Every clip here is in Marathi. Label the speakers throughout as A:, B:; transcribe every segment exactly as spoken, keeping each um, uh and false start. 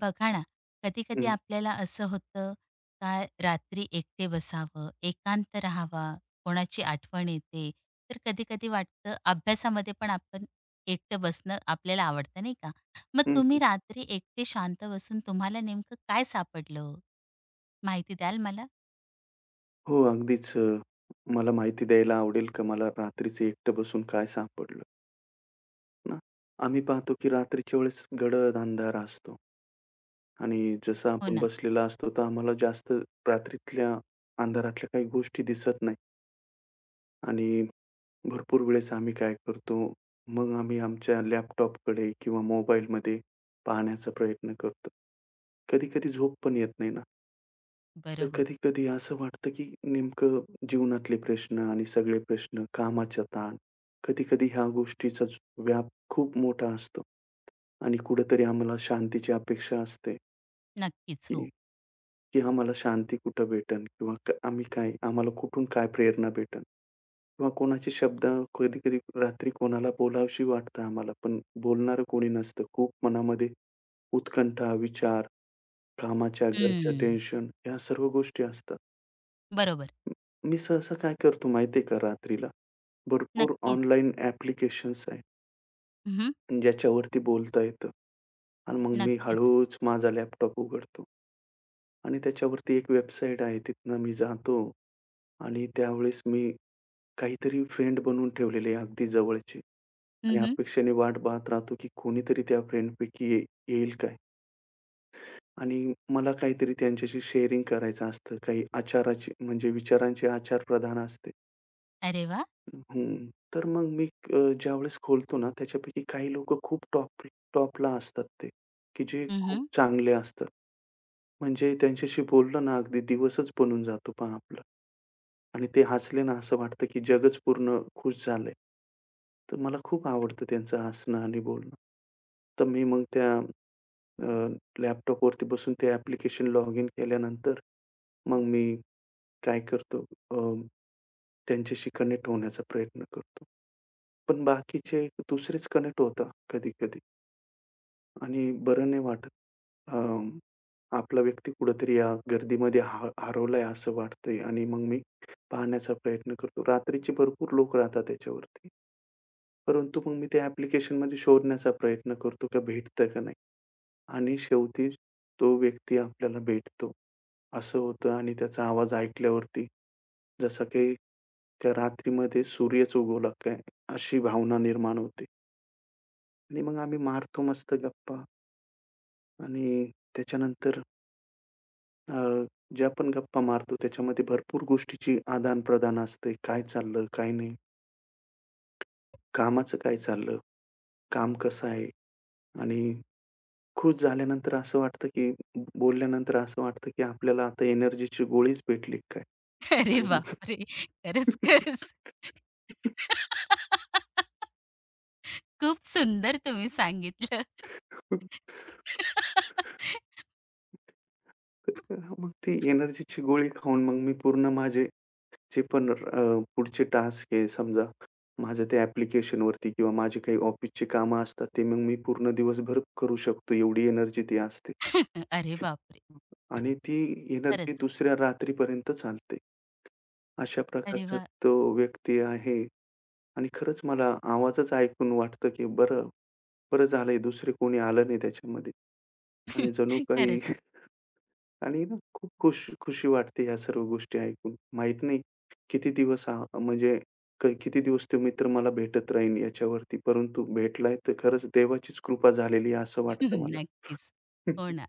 A: बघा ना, कधी-कधी
B: हं,
A: आपल्याला असं होतं का रात्री एकटे बसावं, एकांत राहावा, कोणाची आठवण येते. तर कधी-कधी वाटतं अभ्यासामध्ये पण आपण एकटं बसणं आपल्याला आवडतं नाही का? मग
B: हं,
A: तुम्ही
B: हं.
A: रात्री एकटे शांत बसून तुम्हाला नेमकं काय सापडलं हो? माहिती द्याल मला?
B: हो, अगदीच अ, मला माहिती द्यायला आवडेल का मला रात्रीचं एकटं बसून काय सापडलं ना? आम्ही पाहतो की रात्रीच्या वेळेस गडद अंधार असतो आणि जसं
A: हो
B: आपण
A: ना,
B: बसलेला असतो, तर आम्हाला जास्त रात्रीतल्या अंधारातल्या काही गोष्टी दिसत नाही आणि भरपूर वेळेस आम्ही काय करतो, मग आम्ही आमच्या लॅपटॉपकडे किंवा मोबाईलमध्ये पाहण्याचा प्रयत्न करतो. कधी-कधी झोप पण येत नाही ना. तर
A: बरोबर.
B: कधी-कधी असं वाटतं, की नेमकं जीवनातले प्रश्न आणि सगळे प्रश्न, कामाचा ताण, कधी-कधी ह्या गोष्टीचा ज- व्याप खूप मोठा असतो आणि कुठेतरी आम्हाला शांतीची अपेक्षा असते,
A: नक्कीच,
B: की
A: हो.
B: की आम्हाला शांती कुठं भेटेल किंवा क- आम्ही काय आम्हाला कुठून काय प्रेरणा भेटेल किंवा कोणाचे शब्द कधी-कधी रात्री कोणाला बोलावीशी वाटतं आम्हाला, पण बोलणारं कोणी नसतं. खूप मनामध्ये उत्कंठा, विचार, कामाच्या, घरच्या
A: हं,
B: टेन्शन ह्या सर्व गोष्टी असतात.
A: बरोबर.
B: मी सहसा काय करतो माहिती आहे का रात्रीला, भरपूर
A: नक्कीच.
B: ऑनलाईन ॲप्लिकेशन्स आहेत
A: हं,
B: ज्याच्यावरती बोलता येतं आणि मग मी
A: नक्कीच.
B: हळूच माझा लॅपटॉप उघडतो आणि त्याच्यावरती एक वेबसाईट आहे तिथनं मी जातो आणि त्यावेळेस मी काहीतरी फ्रेंड बनवून ठेवलेले आहे अगदी जवळचे आणि
A: हं,
B: अपेक्षेने वाट पाहत राहतो की कोणीतरी त्या फ्रेंडपैकी ये येईल काय? आणि मला काहीतरी त्यांच्याशी शेअरिंग करायचं असतं. काही आचाराची म्हणजे विचारांचे आदान-प्रदान असते.
A: अरे वाह!
B: हं. तर मग मी अ, ज्यावेळेस खोलतो ना, त्याच्यापैकी काही लोकं खूप टॉप टॉपला असतात ते, की जे खूप
A: हं,
B: चांगले असतात. म्हणजे त्यांच्याशी बोललं ना, अगदी दिवसच बनून जातो पहा आपला आणि ते हसले ना, असं वाटतं की जगच पूर्ण खुश झालंय. तर मला खूप आवडतं त्यांचं हसणं आणि बोलणं. तर मी मग त्या अ, लॅपटॉपवरती बसून ते ॲप्लिकेशन लॉग इन केल्यानंतर मग मी काय करतो अ, त्यांच्याशी कनेक्ट होण्याचा प्रयत्न करतो. पण बाकीचे दुसरेच कनेक्ट होतात कधी-कधी आणि बरं नाही वाटत. अ, आपला व्यक्ती कुठेतरी या गर्दीमध्ये हा हरवलाय असं वाटतंय आणि मग मी पाहण्याचा प्रयत्न करतो. रात्रीचे भरपूर लोक राहतात त्याच्यावरती. परंतु मग मी ते ॲप्लिकेशनमध्ये शोधण्याचा प्रयत्न करतो का भेटतं का नाही आणि शेवटी तो व्यक्ती आपल्याला भेटतो. असं होतं आणि त्याचा आवाज ऐकल्यावरती जसं काही त्या रात्रीमध्ये सूर्यच उगवला काय अशी भावना निर्माण होते. आणि मग आम्ही मारतो मस्त गप्पा आणि त्याच्यानंतर अ, ज्या पण गप्पा मारतो त्याच्यामध्ये भरपूर गोष्टीची आदान-प्रदान असते. काय चाललं, काय नाही? कामाचं काय चाललं? काम कसं आहे? आणि खुश झाल्यानंतर असं वाटतं, की बोलल्यानंतर असं वाटतं, की आपल्याला आता एनर्जीची गोळीच भेटली काय?
A: अरे
B: आणि मग
A: बापरे! खरंच, खरंच. खूप सुंदर तुम्ही सांगितलं.
B: तर मग ते एनर्जीची गोळी खाऊन मग मी पूर्ण माझे जे पण अ, पुढचे टास्क आहे समजा, माझं त्या ॲप्लिकेशनवरती किंवा माझी काही ऑफिसची कामं असतात, ते मग मी पूर्ण दिवसभर करू शकतो एवढी एनर्जी ती असते.
A: अरे बापरे!
B: आणि ती एनर्जी
A: खरंच.
B: दुसऱ्या रात्रीपर्यंत चालते. अशा
A: अरे
B: प्रकारचा
A: वाह!
B: तो व्यक्ती आहे आणि खरंच मला आवाजच ऐकून वाटतं, की बरं, बरं झालंय दुसरे कोणी आलं नाही त्याच्यामध्ये आणि जणू काही
A: खरंच.
B: आणि ना खूप खुश खुशी वाटते या सर्व गोष्टी ऐकून. माहीत नाही किती दिवस आ, म्हणजे क किती दिवस तो मित्र मला भेटत राहीन याच्यावरती. परंतु भेटलाय तर खरंच देवाचीच कृपा झालेली आहे असं वाटतं मला.
A: नक्कीच. हो ना.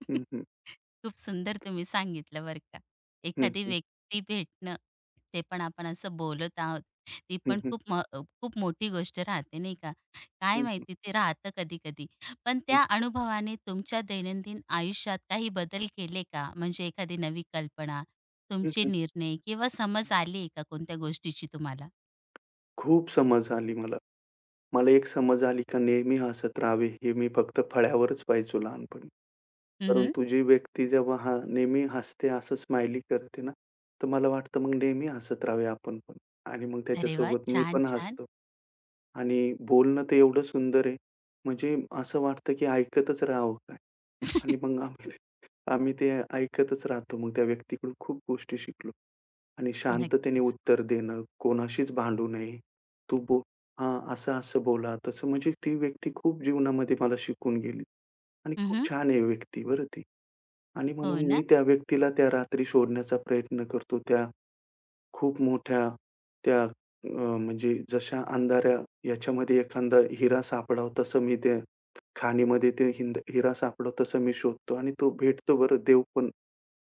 B: हं, हं.
A: खूप सुंदर तुम्ही सांगितलं बरं का.
B: हं,
A: एखादी
B: हं.
A: व्यक्ती भेटणं, ते पण आपण असं बोलत आहोत. ती
B: हं,
A: पण
B: हं.
A: खूप म अ, खूप मोठी गोष्ट राहते नाही का. काय
B: हं, हं.
A: माहिती ते राहतं कधी-कधी. पण
B: हं,
A: त्या अनुभवाने तुमच्या दैनंदिन आयुष्यात काही बदल केले का? म्हणजे एखादी नवी कल्पना, तुमचे निर्णय किंवा समज आली आहे का कोणत्या गोष्टीची तुम्हाला?
B: खूप समज झाली मला. मला एक समज आली का नेहमी हसत राहावे, हे मी फक्त फळ्यावरच पाहायचो लहानपणी.
A: हं,
B: परंतु जी व्यक्ती जेव्हा हा नेहमी हसते, असं स्माइली करते ना, तर मला वाटतं मग नेहमी हसत राहावे आपण पण आणि मग
A: अरे वाह!
B: त्याच्यासोबत मी
A: छान,
B: पण
A: छान.
B: हसतो आणि बोलणं तर एवढं सुंदर आहे, म्हणजे असं वाटतं की ऐकतच राहावं काय आणि मग आम्ही आम्ही ते ऐकतच राहतो. मग त्या व्यक्तीकडून खूप गोष्टी शिकलो. आणि शांततेने
A: नक्कीच.
B: उत्तर देणं, कोणाशीच भांडू नये. तू बो हां, असं-असं बोला, तसं म्हणजे ती व्यक्ती खूप जीवनामध्ये मला शिकून गेली आणि खूप
A: हं,
B: छान आहे व्यक्ती बरं ती. आणि
A: हो
B: म्हणून मी
A: ना.
B: त्या व्यक्तीला त्या रात्री शोधण्याचा प्रयत्न करतो. त्या खूप मोठ्या त्या अ, म्हणजे जशा अंधाऱ्या याच्यामध्ये एखादा हिरा सापडावा तसं मी त्या खाणीमध्ये ते हिंद हिरा सापडावा तसं मी शोधतो आणि तो भेटतो बरं. देव पण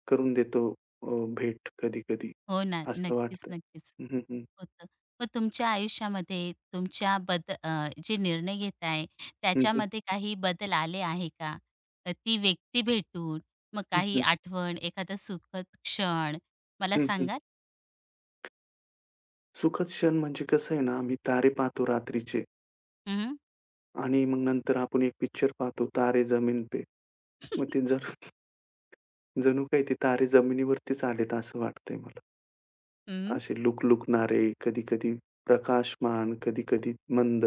B: करून देतो अ, भेट कधी-कधी
A: हो ना.
B: असं
A: नक्कीच,
B: वाटतं.
A: नक्कीच.
B: हं, हं,
A: होतं. मग तुमच्या आयुष्यामध्ये तुमच्या बद अ, जे निर्णय घेताय
B: हं, हं.
A: त्याच्यामध्ये काही बदल आले आहे का? अ, ती व्यक्ती भेटून, मग
B: हं,
A: काही
B: हं.
A: आठवण, एखादा सुखद क्षण मला
B: हं, हं.
A: सांगाल?
B: सुखद क्षण म्हणजे कसं आहे ना, आम्ही तारे पाहतो रात्रीचे
A: हं, हं.
B: आणि मग नंतर आपण एक पिक्चर पाहतो तारे जमीन पे.
A: हं, हं,
B: मग ते जण जणू काही ते तारे जमिनीवरतीच आलेत असं वाटतंय मला. असे लुकलुकणारे, कधी-कधी प्रकाशमान, कधी-कधी मंद,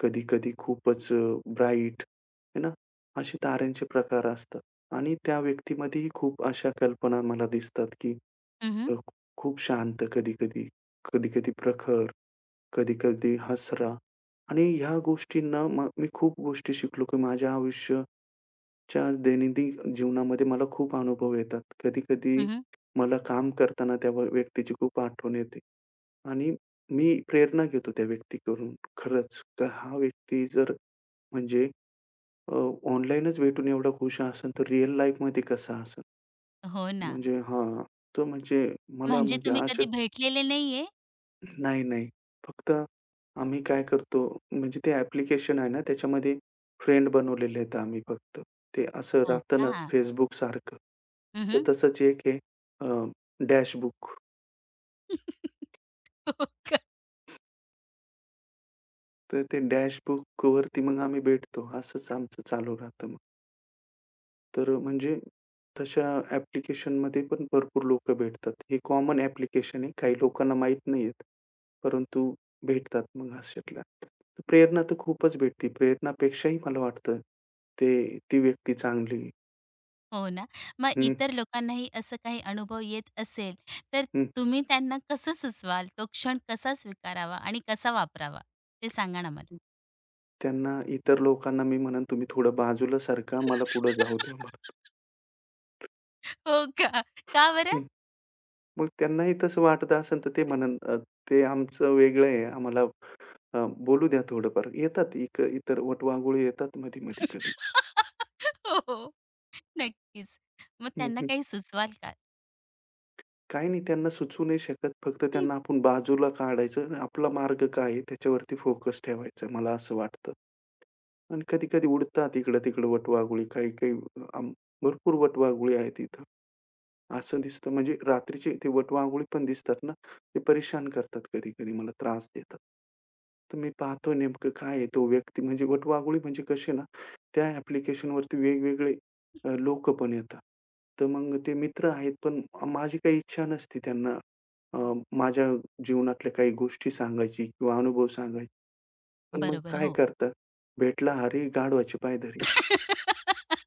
B: कधी-कधी खूपच ब्राईट है ना, असे ताऱ्यांचे प्रकार असतात. आणि त्या व्यक्तीमध्येही खूप अशा कल्पना मला दिसतात, की अ, खूप शांत कधी-कधी, कधी-कधी प्रखर. कधी-कधी हसरा आणि ह्या गोष्टींना म मी खूप गोष्टी शिकलो, की माझ्या आयुष्याच्या दैनंदिन जीवनामध्ये मला खूप अनुभव येतात. कधी-कधी मला काम करताना त्या व्य व्यक्तीची खूप आठवण येते आणि मी प्रेरणा घेतो त्या व्यक्तीकडून खरंच. तर हा व्यक्ती जर म्हणजे ऑनलाईनच भेटून एवढा खुश असेल, तर रिअल लाईफमध्ये कसा असेल?
A: हो ना.
B: म्हणजे हां, तो म्हणजे मला
A: म्हणजे
B: म्हणजे
A: तुम्ही
B: आज
A: कधी भेटलेले नाहीये?
B: नाही, नाही. फक्त आम्ही काय करतो, म्हणजे ते ॲप्लिकेशन आहे ना, त्याच्यामध्ये फ्रेंड बनवलेले आहेत आम्ही फक्त. ते असं
A: हो
B: राहतं ना
A: का?
B: Facebookसारखं. तर
A: हं,
B: तसंच एक आहे अ, डॅशबुक.
A: हो का?
B: तर ते डॅशबुकवरती मग आम्ही भेटतो. असंच आमचं चालू राहतं मग. तर अ, म्हणजे तशा ॲप्लिकेशनमध्ये पण भरपूर लोकं भेटतात. हे कॉमन ॲप्लिकेशन आहे. काही लोकांना माहीत नाहीयेत. परंतु भेटतात मग अशातल्या. तर प्रेरणा तर खूपच भेटते. प्रेरणापेक्षाही मला वाटतं ते ती व्यक्ती चांगली आहे.
A: हो ना. मग
B: हं,
A: इतर लोकांनाही असं काही अनुभव येत असेल, तर
B: हं,
A: तुम्ही त्यांना कसं सुचवाल? तो क्षण कसा स्वीकारावा आणि कसा वापरावा? ते सांगा ना मला?
B: त्यांना इतर लोकांना मी म्हणेन, "तुम्ही थोडं बाजूला सरका, मला पुढे जाऊ द्या" म्हणून.
A: हो का? का बरं?
B: हं. मग त्यांनाही तसं वाटत असेल तर ते म्हणेन, "अ, ते आमचं वेगळं आहे. आम्हाला अ, बोलू द्या थोडंफार." येतात इक इतर वटवाघूळे येतात मधी-मधी कधी.
A: हो, हो. नक्कीच. मग
B: हं,
A: त्यांना
B: हं.
A: काही सुचवाल का?
B: काही नाही त्यांना सुचवू नाही शकत. फक्त त्यांना आपण बाजूला काढायचं आणि आपला मार्ग काय आहे त्याच्यावरती फोकस ठेवायचा मला असं वाटतं. आणि कधी-कधी उडतात इकडं-तिकडं वटवाघुळी काही-काही अ, आम भरपूर वटवाघुळी आहेत इथं. असं दिसतं म्हणजे रात्रीचे ते वटवाघूळे पण दिसतात ना, ते परेशान करतात कधी-कधी मला त्रास देतात. तर मी पाहतो नेमकं काय आहे तो व्यक्ती म्हणजे वटवाघूळे म्हणजे कसे ना, त्या ॲप्लिकेशनवरती वेगवेगळे अ, लोकं पण येतात. तर मग ते मित्र आहेत पण माझी काही इच्छा नसते त्यांना अ, माझ्या जीवनातल्या काही गोष्टी सांगायची किंवा अनुभव सांगायचे. पण मग
A: बरोबर,
B: काय
A: हो.
B: करता, भेटला हरी गाढवाची पायधरी.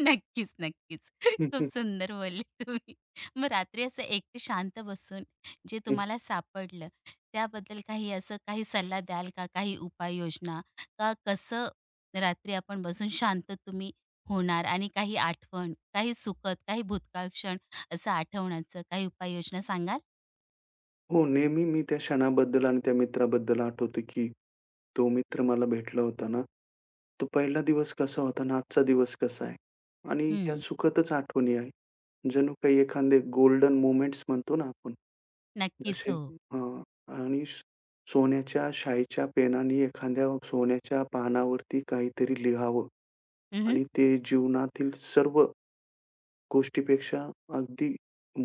A: नक्कीच, नक्कीच. खूप सुंदर बोलले तुम्ही. मग रात्री असं एकटे शांत बसून जे तुम्हाला सापडलं, त्याबद्दल काही असं काही सल्ला द्याल का? काही उपाययोजना? का कसं रात्री आपण बसून शांत तुम्ही होणार आणि काही आठवण, काही सुखद, काही भूतकाळ क्षण असं आठवण्याचं काही उपाययोजना सांगाल?
B: हो, नेहमी मी त्या क्षणाबद्दल आणि त्या मित्राबद्दल आठवतो, की तो मित्र मला भेटला होता ना, तो पहिला दिवस कसा होता आणि आजचा दिवस कसा आहे आणि ह्या
A: हं,
B: सुखदच आठवणी आहे. जणू काही एखादे गोल्डन मोमेंट्स म्हणतो ना आपण,
A: नक्कीच
B: जसे
A: हो.
B: अ, आणि सो सोन्याच्या शाईच्या पेनाने एखाद्या सोन्याच्या पानावरती काहीतरी लिहावं
A: हं,
B: आणि ते जीवनातील सर्व गोष्टीपेक्षा अगदी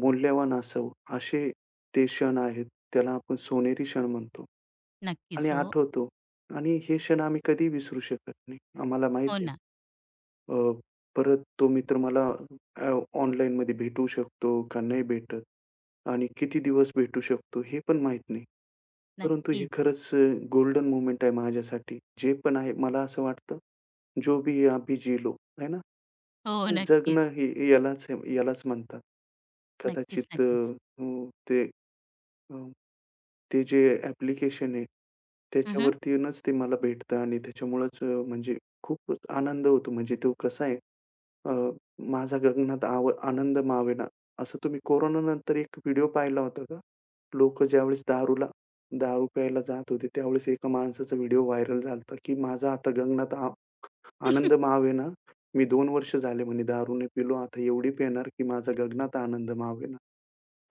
B: मौल्यवान असावं, असे ते क्षण आहेत. त्याला आपण सोनेरी क्षण म्हणतो. आणि
A: नक्कीच हो.
B: आठवतो आणि हे क्षण आम्ही कधीही विसरू शकत नाही. आम्हाला माहीत
A: हो
B: आहे
A: ना.
B: अ, परत तो मित्र मला अ, ऑनलाईनमध्ये भेटू शकतो का नाही भेटत आणि किती दिवस भेटू शकतो हे पण माहीत नाही. परंतु हे
A: नक्कीच.
B: खरंच अ, गोल्डन मोमेंट आहे माझ्यासाठी. जे पण आहे मला असं वाटतं, "जो भी है अभी जी लो." है ना?
A: हो, नक्कीच.
B: जगणं हे यालाच यालाच म्हणतात.
A: नक्कीच,
B: कदाचित अ,
A: नक्कीच.
B: हो, ते अ, ते जे ॲप्लिकेशन आहे,
A: हं,
B: त्याच्यावरतीनच ते मला भेटतं आणि त्याच्यामुळेच अ, म्हणजे खूपच आनंद होतो. म्हणजे तो कसा आहे अ, माझा गगनात आव आनंद मावेना. असं तुम्ही कोरोना नंतर एक व्हिडिओ पाहिला होता का? लोकं ज्यावेळेस दारूला दारू प्यायला जात होते, त्यावेळेस एका माणसाचा व्हिडिओ व्हायरल झाला की माझा आता गगनात आ आनंद मावेना. मी दोन वर्ष झाले म्हणे दारूने नाही पिलो. आता एवढी पिणार की माझा गगनात आनंद मावेना.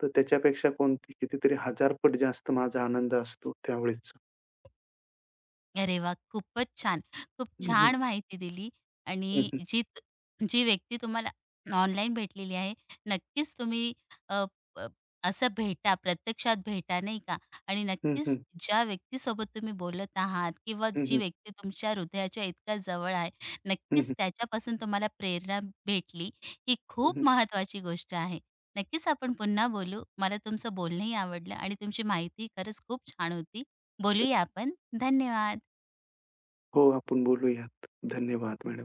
B: तर त्याच्यापेक्षा कोणती कितीतरी हजार पट जास्त माझा आनंद असतो त्यावेळेसचा.
A: अरे वाह! खूपच छान. खूप
B: हं, हं.
A: छान माहिती दिली
B: हं,
A: आणि
B: हं.
A: जी त- जी व्यक्ती तुम्हाला ऑनलाईन भेटलेली आहे, नक्कीच तुम्ही अ, अ, असं भेटा, प्रत्यक्षात भेटा नाही का आणि
B: हं,
A: नक्कीच
B: हं.
A: ज्या व्यक्तीसोबत तुम्ही बोलत आहात किंवा
B: हं,
A: जी
B: हं.
A: व्यक्ती तुमच्या हृदयाच्या इतक्या जवळ आहे, नक्कीच त्याच्यापासून तुम्हाला प्रेरणा भेटली, ही
B: हं, हं.
A: खूप महत्त्वाची गोष्ट आहे. नक्कीच आपण पुन्हा बोलू. मला तुमचं बोलणंही आवडलं आणि तुमची माहिती खरंच खूप छान होती. बोलूया आपण. धन्यवाद.
B: हो, आपण बोलूयात. धन्यवाद मॅडम.